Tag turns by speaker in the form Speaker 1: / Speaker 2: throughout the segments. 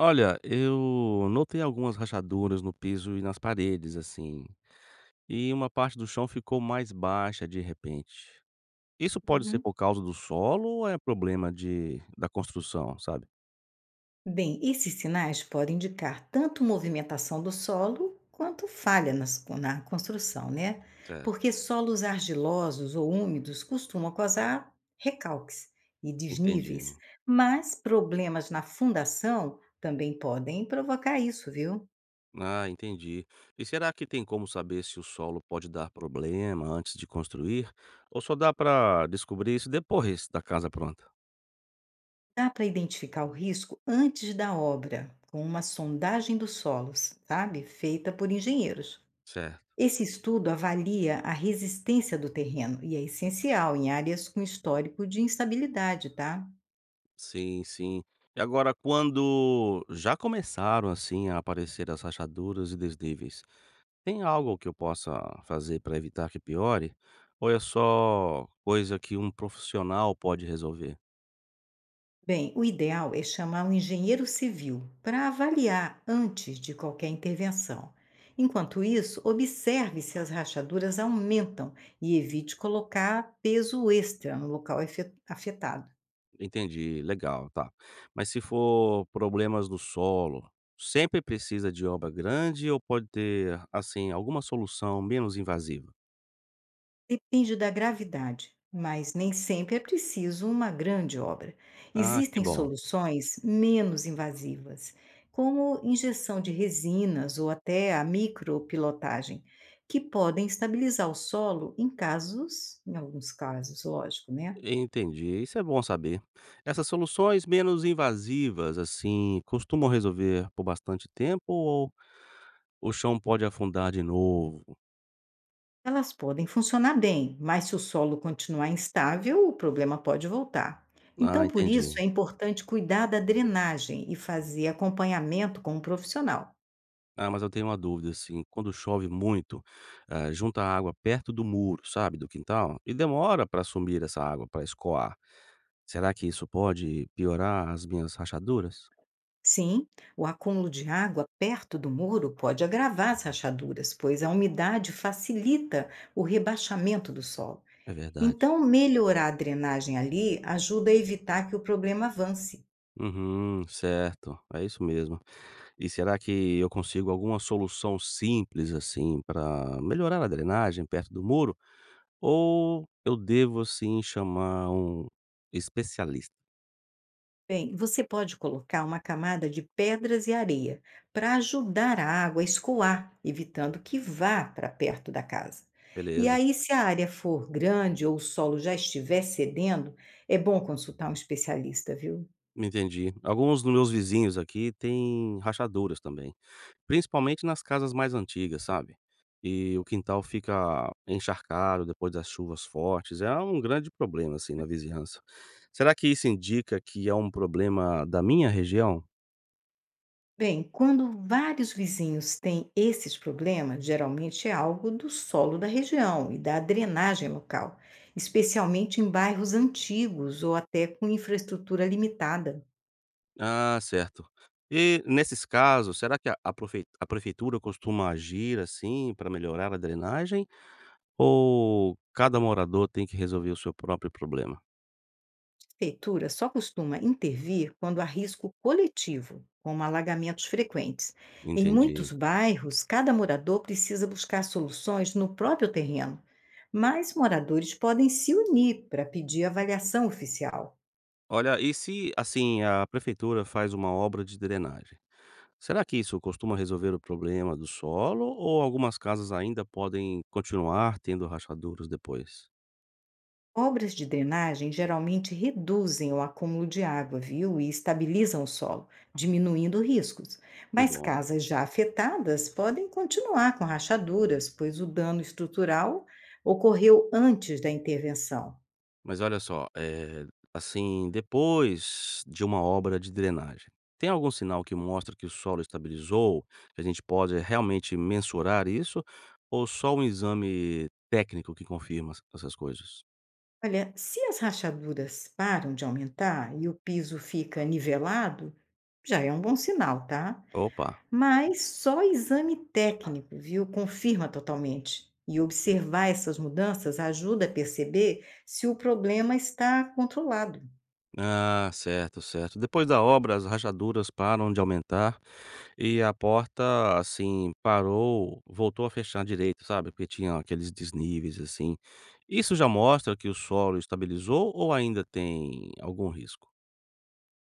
Speaker 1: Olha, eu notei algumas rachaduras no piso e nas paredes, assim, e uma parte do chão ficou mais baixa de repente. Isso pode ser
Speaker 2: Uhum.
Speaker 1: por causa do solo ou é problema de da construção, sabe?
Speaker 2: Bem, esses sinais podem indicar tanto movimentação do solo quanto falha na construção, né?
Speaker 1: Certo.
Speaker 2: Porque solos argilosos ou úmidos costumam causar recalques e
Speaker 1: Entendi.
Speaker 2: desníveis, mas problemas na fundação também podem provocar isso, viu?
Speaker 1: Ah, entendi. E será que tem como saber se o solo pode dar problema antes de construir? Ou só dá pra descobrir isso depois da casa pronta?
Speaker 2: Dá para identificar o risco antes da obra, com uma sondagem dos solos, sabe? Feita por engenheiros.
Speaker 1: Certo.
Speaker 2: Esse estudo avalia a resistência do terreno e é essencial em áreas com histórico de instabilidade, tá?
Speaker 1: Sim, sim. E agora quando já começaram, assim, a aparecer as rachaduras e desníveis, tem algo que eu possa fazer para evitar que piore? Ou é só coisa que um profissional pode resolver?
Speaker 2: Bem, o ideal é chamar um engenheiro civil para avaliar antes de qualquer intervenção. Enquanto isso, observe se as rachaduras aumentam e evite colocar peso extra no local afetado.
Speaker 1: Entendi, legal, tá. Mas se for problemas no solo, sempre precisa de obra grande ou pode ter, assim, alguma solução menos invasiva?
Speaker 2: Depende da gravidade, mas nem sempre é preciso uma grande obra.
Speaker 1: Ah, que
Speaker 2: Existem
Speaker 1: bom.
Speaker 2: soluções menos invasivas, como injeção de resinas ou até a micropilotagem, que podem estabilizar o solo em alguns casos, lógico, né?
Speaker 1: Entendi, isso é bom saber. Essas soluções menos invasivas, assim, costumam resolver por bastante tempo ou o chão pode afundar de novo?
Speaker 2: Elas podem funcionar bem, mas se o solo continuar instável, o problema pode voltar.
Speaker 1: Ah,
Speaker 2: Então, por isso,
Speaker 1: entendi.
Speaker 2: é importante cuidar da drenagem e fazer acompanhamento com um profissional.
Speaker 1: Ah, mas eu tenho uma dúvida, assim, quando chove muito, junta a água perto do muro, sabe, do quintal, e demora para sumir essa água, para escoar. Será que isso pode piorar as minhas rachaduras?
Speaker 2: Sim, o acúmulo de água perto do muro pode agravar as rachaduras, pois a umidade facilita o rebaixamento do solo.
Speaker 1: É verdade.
Speaker 2: Então, melhorar a drenagem ali ajuda a evitar que o problema avance.
Speaker 1: Uhum, certo, é isso mesmo. E será que eu consigo alguma solução simples, assim, para melhorar a drenagem perto do muro? Ou eu devo, assim, chamar um especialista?
Speaker 2: Bem, você pode colocar uma camada de pedras e areia para ajudar a água a escoar, evitando que vá para perto da casa. E
Speaker 1: Beleza,
Speaker 2: aí, se a área for grande ou o solo já estiver cedendo, é bom consultar um especialista, viu?
Speaker 1: me entendi. Alguns dos meus vizinhos aqui têm rachaduras também, principalmente nas casas mais antigas, sabe? E o quintal fica encharcado depois das chuvas fortes. É um grande problema, assim, na vizinhança. Será que isso indica que é um problema da minha região?
Speaker 2: Bem, quando vários vizinhos têm esses problemas, geralmente é algo do solo da região e da drenagem local, especialmente em bairros antigos ou até com infraestrutura limitada.
Speaker 1: Ah, certo. E nesses casos, será que a prefeitura costuma agir, assim, para melhorar a drenagem ou cada morador tem que resolver o seu próprio problema?
Speaker 2: A prefeitura só costuma intervir quando há risco coletivo, como alagamentos frequentes. Em muitos
Speaker 1: Entendi.
Speaker 2: bairros, cada morador precisa buscar soluções no próprio terreno, mas moradores podem se unir para pedir avaliação oficial.
Speaker 1: Olha, e se, assim, a prefeitura faz uma obra de drenagem, será que isso costuma resolver o problema do solo ou algumas casas ainda podem continuar tendo rachaduras depois?
Speaker 2: Obras de drenagem geralmente reduzem o acúmulo de água, viu? E estabilizam o solo, diminuindo riscos.
Speaker 1: Que
Speaker 2: Mas
Speaker 1: bom.
Speaker 2: casas já afetadas podem continuar com rachaduras, pois o dano estrutural ocorreu antes da intervenção.
Speaker 1: Mas olha só, assim, depois de uma obra de drenagem, tem algum sinal que mostra que o solo estabilizou, que a gente pode realmente mensurar isso, ou só um exame técnico que confirma essas coisas?
Speaker 2: Olha, se as rachaduras param de aumentar e o piso fica nivelado, já é um bom sinal, tá?
Speaker 1: Opa.
Speaker 2: Mas só exame técnico, viu, confirma totalmente. E observar essas mudanças ajuda a perceber se o problema está controlado.
Speaker 1: Ah, certo, certo. Depois da obra, as rachaduras param de aumentar e a porta, assim, parou, voltou a fechar direito, sabe, porque tinha aqueles desníveis, assim. Isso já mostra que o solo estabilizou ou ainda tem algum risco?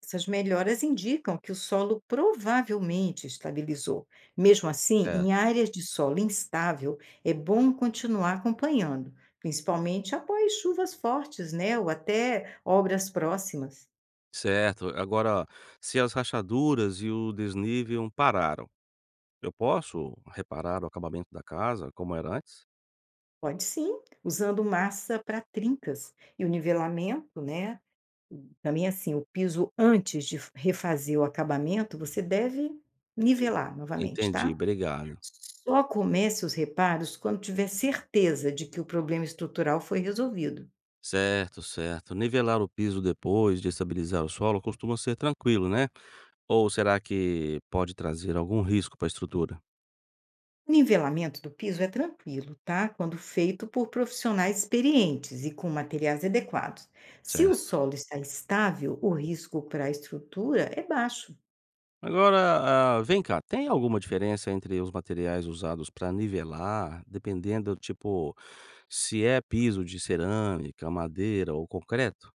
Speaker 2: Essas melhoras indicam que o solo provavelmente estabilizou. Mesmo assim,
Speaker 1: É.
Speaker 2: em áreas de solo instável, é bom continuar acompanhando, principalmente após chuvas fortes, né, ou até obras próximas.
Speaker 1: Certo. Agora, se as rachaduras e o desnível pararam, eu posso reparar o acabamento da casa como era antes?
Speaker 2: Pode sim, usando massa para trincas e o nivelamento, né, também assim, o piso antes de f refazer o acabamento, você deve
Speaker 1: En
Speaker 2: nivelar novamente,
Speaker 1: entendi,
Speaker 2: tá.
Speaker 1: obrigado.
Speaker 2: Só comece os reparos quando tiver certeza de que o problema estrutural foi resolvido.
Speaker 1: Certo, certo. Nivelar o piso depois de estabilizar o solo costuma ser tranquilo, né? Ou será que pode trazer algum risco para a estrutura?
Speaker 2: O nivelamento do piso é tranquilo, tá, quando feito por profissionais experientes e com materiais adequados. Se o
Speaker 1: Certo.
Speaker 2: solo está estável, o risco para a estrutura é baixo.
Speaker 1: Agora, ah, vem cá, tem alguma diferença entre os materiais usados para nivelar, dependendo, tipo, se é piso de cerâmica, madeira ou concreto?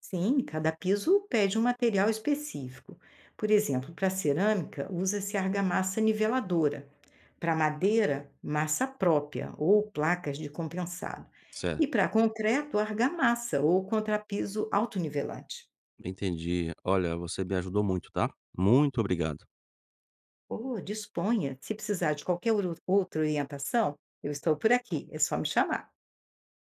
Speaker 2: Sim, cada piso pede um material específico. Por exemplo, para cerâmica, usa-se argamassa niveladora. Para madeira, massa própria ou placas de compensado. E
Speaker 1: Certo,
Speaker 2: para concreto, argamassa ou contrapiso altonivelante.
Speaker 1: entendi. Olha, você me ajudou muito, tá? Muito obrigado.
Speaker 2: Oh, disponha. Se precisar de qualquer outra orientação, eu estou por aqui. É só me chamar.